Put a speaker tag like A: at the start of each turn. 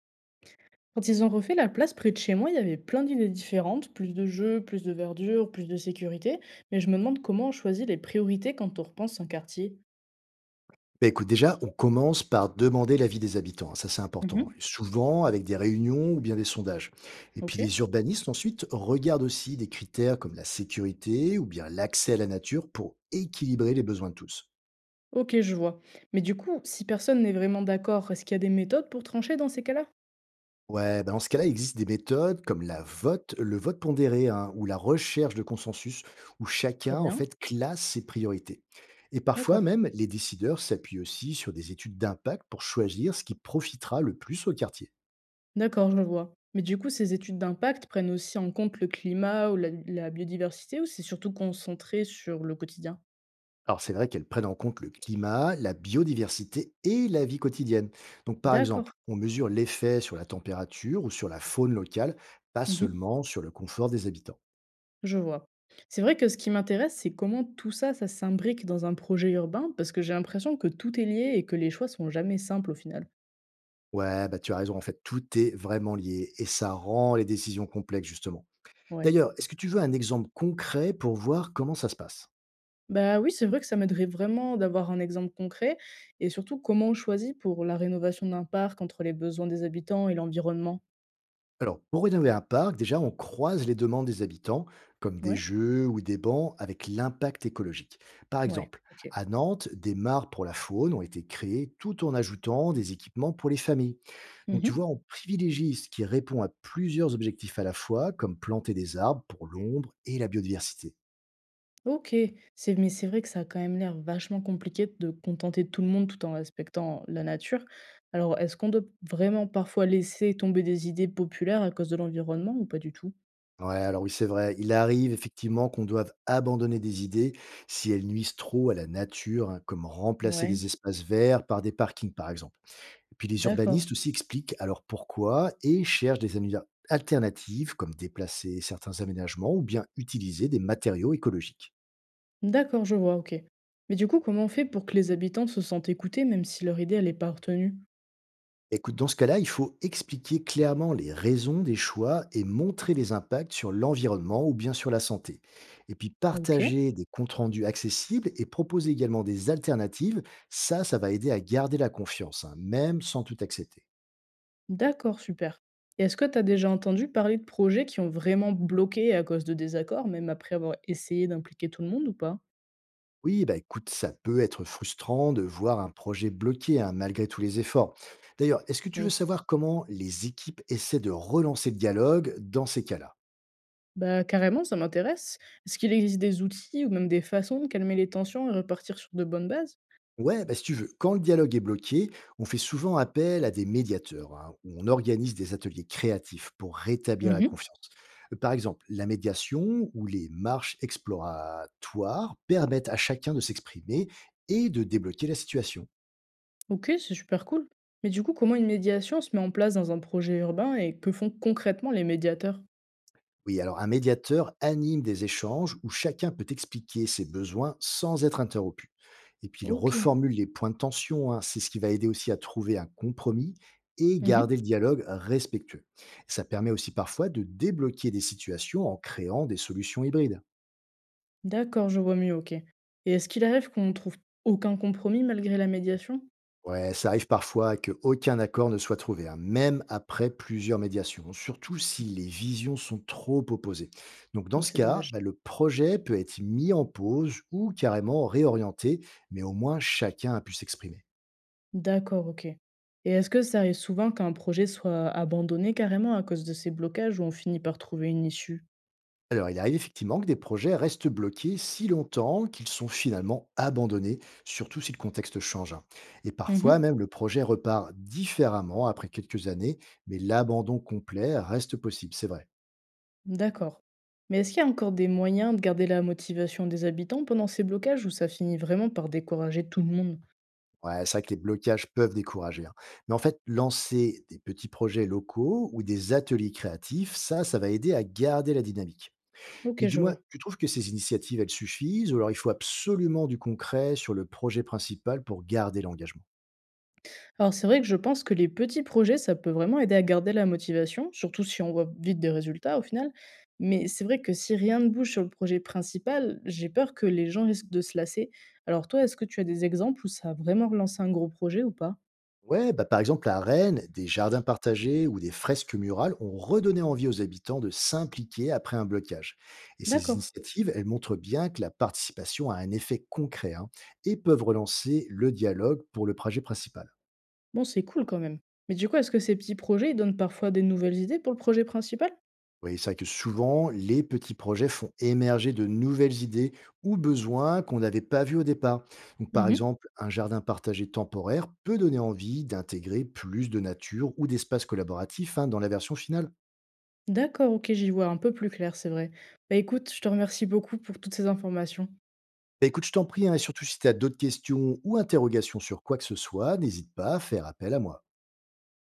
A: Quand ils ont refait la place près de chez moi, il y avait plein d'idées différentes, plus de jeux, plus de verdure, plus de sécurité, mais je me demande comment on choisit les priorités quand on repense un quartier.
B: Bah, écoute, déjà, on commence par demander l'avis des habitants, hein, ça c'est important, et
A: Mhm.
B: souvent avec des réunions ou bien des sondages. Et puis
A: Ok.
B: les urbanistes ensuite regardent aussi des critères comme la sécurité ou bien l'accès à la nature pour équilibrer les besoins de tous.
A: Ok, je vois. Mais du coup, si personne n'est vraiment d'accord, est-ce qu'il y a des méthodes pour trancher dans ces cas-là?
B: Ouais, bah dans ce cas-là, il existe des méthodes comme la vote, le vote pondéré hein, ou la recherche de consensus où
A: Très
B: chacun en
A: bien.
B: fait classe ses priorités. Et parfois
A: D'accord.
B: même, les décideurs s'appuient aussi sur des études d'impact pour choisir ce qui profitera le plus au quartier.
A: D'accord, je vois. Mais du coup, ces études d'impact prennent aussi en compte le climat ou la biodiversité, ou c'est surtout concentré sur le quotidien?
B: Alors c'est vrai qu'elles prennent en compte le climat, la biodiversité et la vie quotidienne. Donc par
A: D'accord.
B: exemple, on mesure l'effet sur la température ou sur la faune locale, pas
A: Mhm.
B: seulement sur le confort des habitants.
A: Je vois. C'est vrai que ce qui m'intéresse, c'est comment tout ça, ça s'imbrique dans un projet urbain, parce que j'ai l'impression que tout est lié et que les choix sont jamais simples au final.
B: Ouais, bah tu as raison, en fait, tout est vraiment lié et ça rend les décisions complexes justement.
A: Ouais.
B: D'ailleurs, est-ce que tu veux un exemple concret pour voir comment ça se passe?
A: Bah oui, c'est vrai que ça m'aiderait vraiment d'avoir un exemple concret et surtout comment on choisit pour la rénovation d'un parc entre les besoins des habitants et l'environnement.
B: Alors, pour rénover un parc, déjà, on croise les demandes des habitants, comme des
A: Ouais.
B: jeux ou des bancs avec l'impact écologique. Par
A: Ouais.
B: exemple,
A: Ok.
B: à Nantes, des mares pour la faune ont été créées tout en ajoutant des équipements pour les familles. Donc, tu vois,
A: Mhm.
B: on privilégie ce qui répond à plusieurs objectifs à la fois, comme planter des arbres pour l'ombre et la biodiversité.
A: OK, c'est mais c'est vrai que ça a quand même l'air vachement compliqué de contenter tout le monde tout en respectant la nature. Alors, est-ce qu'on doit vraiment parfois laisser tomber des idées populaires à cause de l'environnement ou pas du tout?
B: Ouais, alors oui, c'est vrai. Il arrive effectivement qu'on doive abandonner des idées si elles nuisent trop à la nature, hein, comme remplacer
A: Ouais,
B: des espaces verts par des parkings, par exemple. Et puis les
A: d'accord.
B: urbanistes aussi expliquent alors pourquoi et cherchent des annuaires alternatives comme déplacer certains aménagements ou bien utiliser des matériaux écologiques.
A: D'accord, je vois, OK. Mais du coup, comment on fait pour que les habitants se sentent écoutés même si leur idée, elle n'est pas retenue?
B: Écoute, dans ce cas-là, il faut expliquer clairement les raisons des choix et montrer les impacts sur l'environnement ou bien sur la santé. Et puis
A: OK,
B: partager des comptes rendus accessibles et proposer également des alternatives, ça va aider à garder la confiance, hein, même sans tout accepter.
A: d'accord, super. Et est-ce que tu as déjà entendu parler de projets qui ont vraiment bloqué à cause de désaccords, même après avoir essayé d'impliquer tout le monde ou pas?
B: Oui, bah écoute, ça peut être frustrant de voir un projet bloqué hein, malgré tous les efforts. D'ailleurs, est-ce que tu veux
A: Oui.
B: savoir comment les équipes essaient de relancer le dialogue dans ces cas-là?
A: Bah, carrément, ça m'intéresse. Est-ce qu'il existe des outils ou même des façons de calmer les tensions et repartir sur de bonnes bases?
B: Ouais, bah si tu veux, quand le dialogue est bloqué, on fait souvent appel à des médiateurs, hein, ou on organise des ateliers créatifs pour rétablir la
A: Mhm.
B: confiance. Par exemple, la médiation ou les marches exploratoires permettent à chacun de s'exprimer et de débloquer la situation.
A: Ok, c'est super cool. Mais du coup, comment une médiation se met en place dans un projet urbain et que font concrètement les médiateurs?
B: Oui, alors un médiateur anime des échanges où chacun peut expliquer ses besoins sans être interrompu. Et puis il
A: Ok.
B: reformule les points de tension, hein, c'est ce qui va aider aussi à trouver un compromis et garder
A: Mhm.
B: le dialogue respectueux. Ça permet aussi parfois de débloquer des situations en créant des solutions hybrides.
A: D'accord, je vois mieux, ok. Et est-ce qu'il arrive qu'on ne trouve aucun compromis malgré la médiation?
B: Ouais, ça arrive parfois qu'aucun accord ne soit trouvé, hein, même après plusieurs médiations, surtout si les visions sont trop opposées. Donc dans
A: Mais
B: ce
A: c'est
B: cas,
A: dommage.
B: bah, le projet peut être mis en pause ou carrément réorienté, mais au moins chacun a pu s'exprimer.
A: D'accord, ok. Et est-ce que ça arrive souvent qu'un projet soit abandonné carrément à cause de ces blocages où on finit par trouver une issue?
B: Alors il arrive effectivement que des projets restent bloqués si longtemps qu'ils sont finalement abandonnés, surtout si le contexte change, hein. Et parfois même le projet repart différemment après quelques années, mais l'abandon complet reste possible, c'est vrai.
A: D'accord. Mais est-ce qu'il y a encore des moyens de garder la motivation des habitants pendant ces blocages ou ça finit vraiment par décourager tout le monde?
B: Ouais, c'est vrai que les blocages peuvent décourager, hein. Mais en fait, lancer des petits projets locaux ou des ateliers créatifs, ça va aider à garder la dynamique. Mais
A: Ok, je
B: dis-moi,
A: vois.
B: tu trouves que ces initiatives, elles suffisent ou alors il faut absolument du concret sur le projet principal pour garder l'engagement?
A: Alors c'est vrai que je pense que les petits projets, ça peut vraiment aider à garder la motivation, surtout si on voit vite des résultats au final. Mais c'est vrai que si rien ne bouge sur le projet principal, j'ai peur que les gens risquent de se lasser. Alors toi, est-ce que tu as des exemples où ça a vraiment relancé un gros projet ou pas?
B: Ouais, bah par exemple, à Rennes, des jardins partagés ou des fresques murales ont redonné envie aux habitants de s'impliquer après un blocage. Et ces
A: D'accord.
B: initiatives, elles montrent bien que la participation a un effet concret hein, et peuvent relancer le dialogue pour le projet principal.
A: Bon, c'est cool quand même. Mais du coup, est-ce que ces petits projets, ils donnent parfois des nouvelles idées pour le projet principal?
B: Oui, c'est vrai que souvent, les petits projets font émerger de nouvelles idées ou besoins qu'on n'avait pas vus au départ. Donc, par
A: Mhm.
B: exemple, un jardin partagé temporaire peut donner envie d'intégrer plus de nature ou d'espace collaboratif hein, dans la version finale.
A: D'accord, OK, j'y vois un peu plus clair, c'est vrai. Bah, écoute, je te remercie beaucoup pour toutes ces informations.
B: Bah, écoute, je t'en prie, hein, et surtout si tu as d'autres questions ou interrogations sur quoi que ce soit, n'hésite pas à faire appel à moi.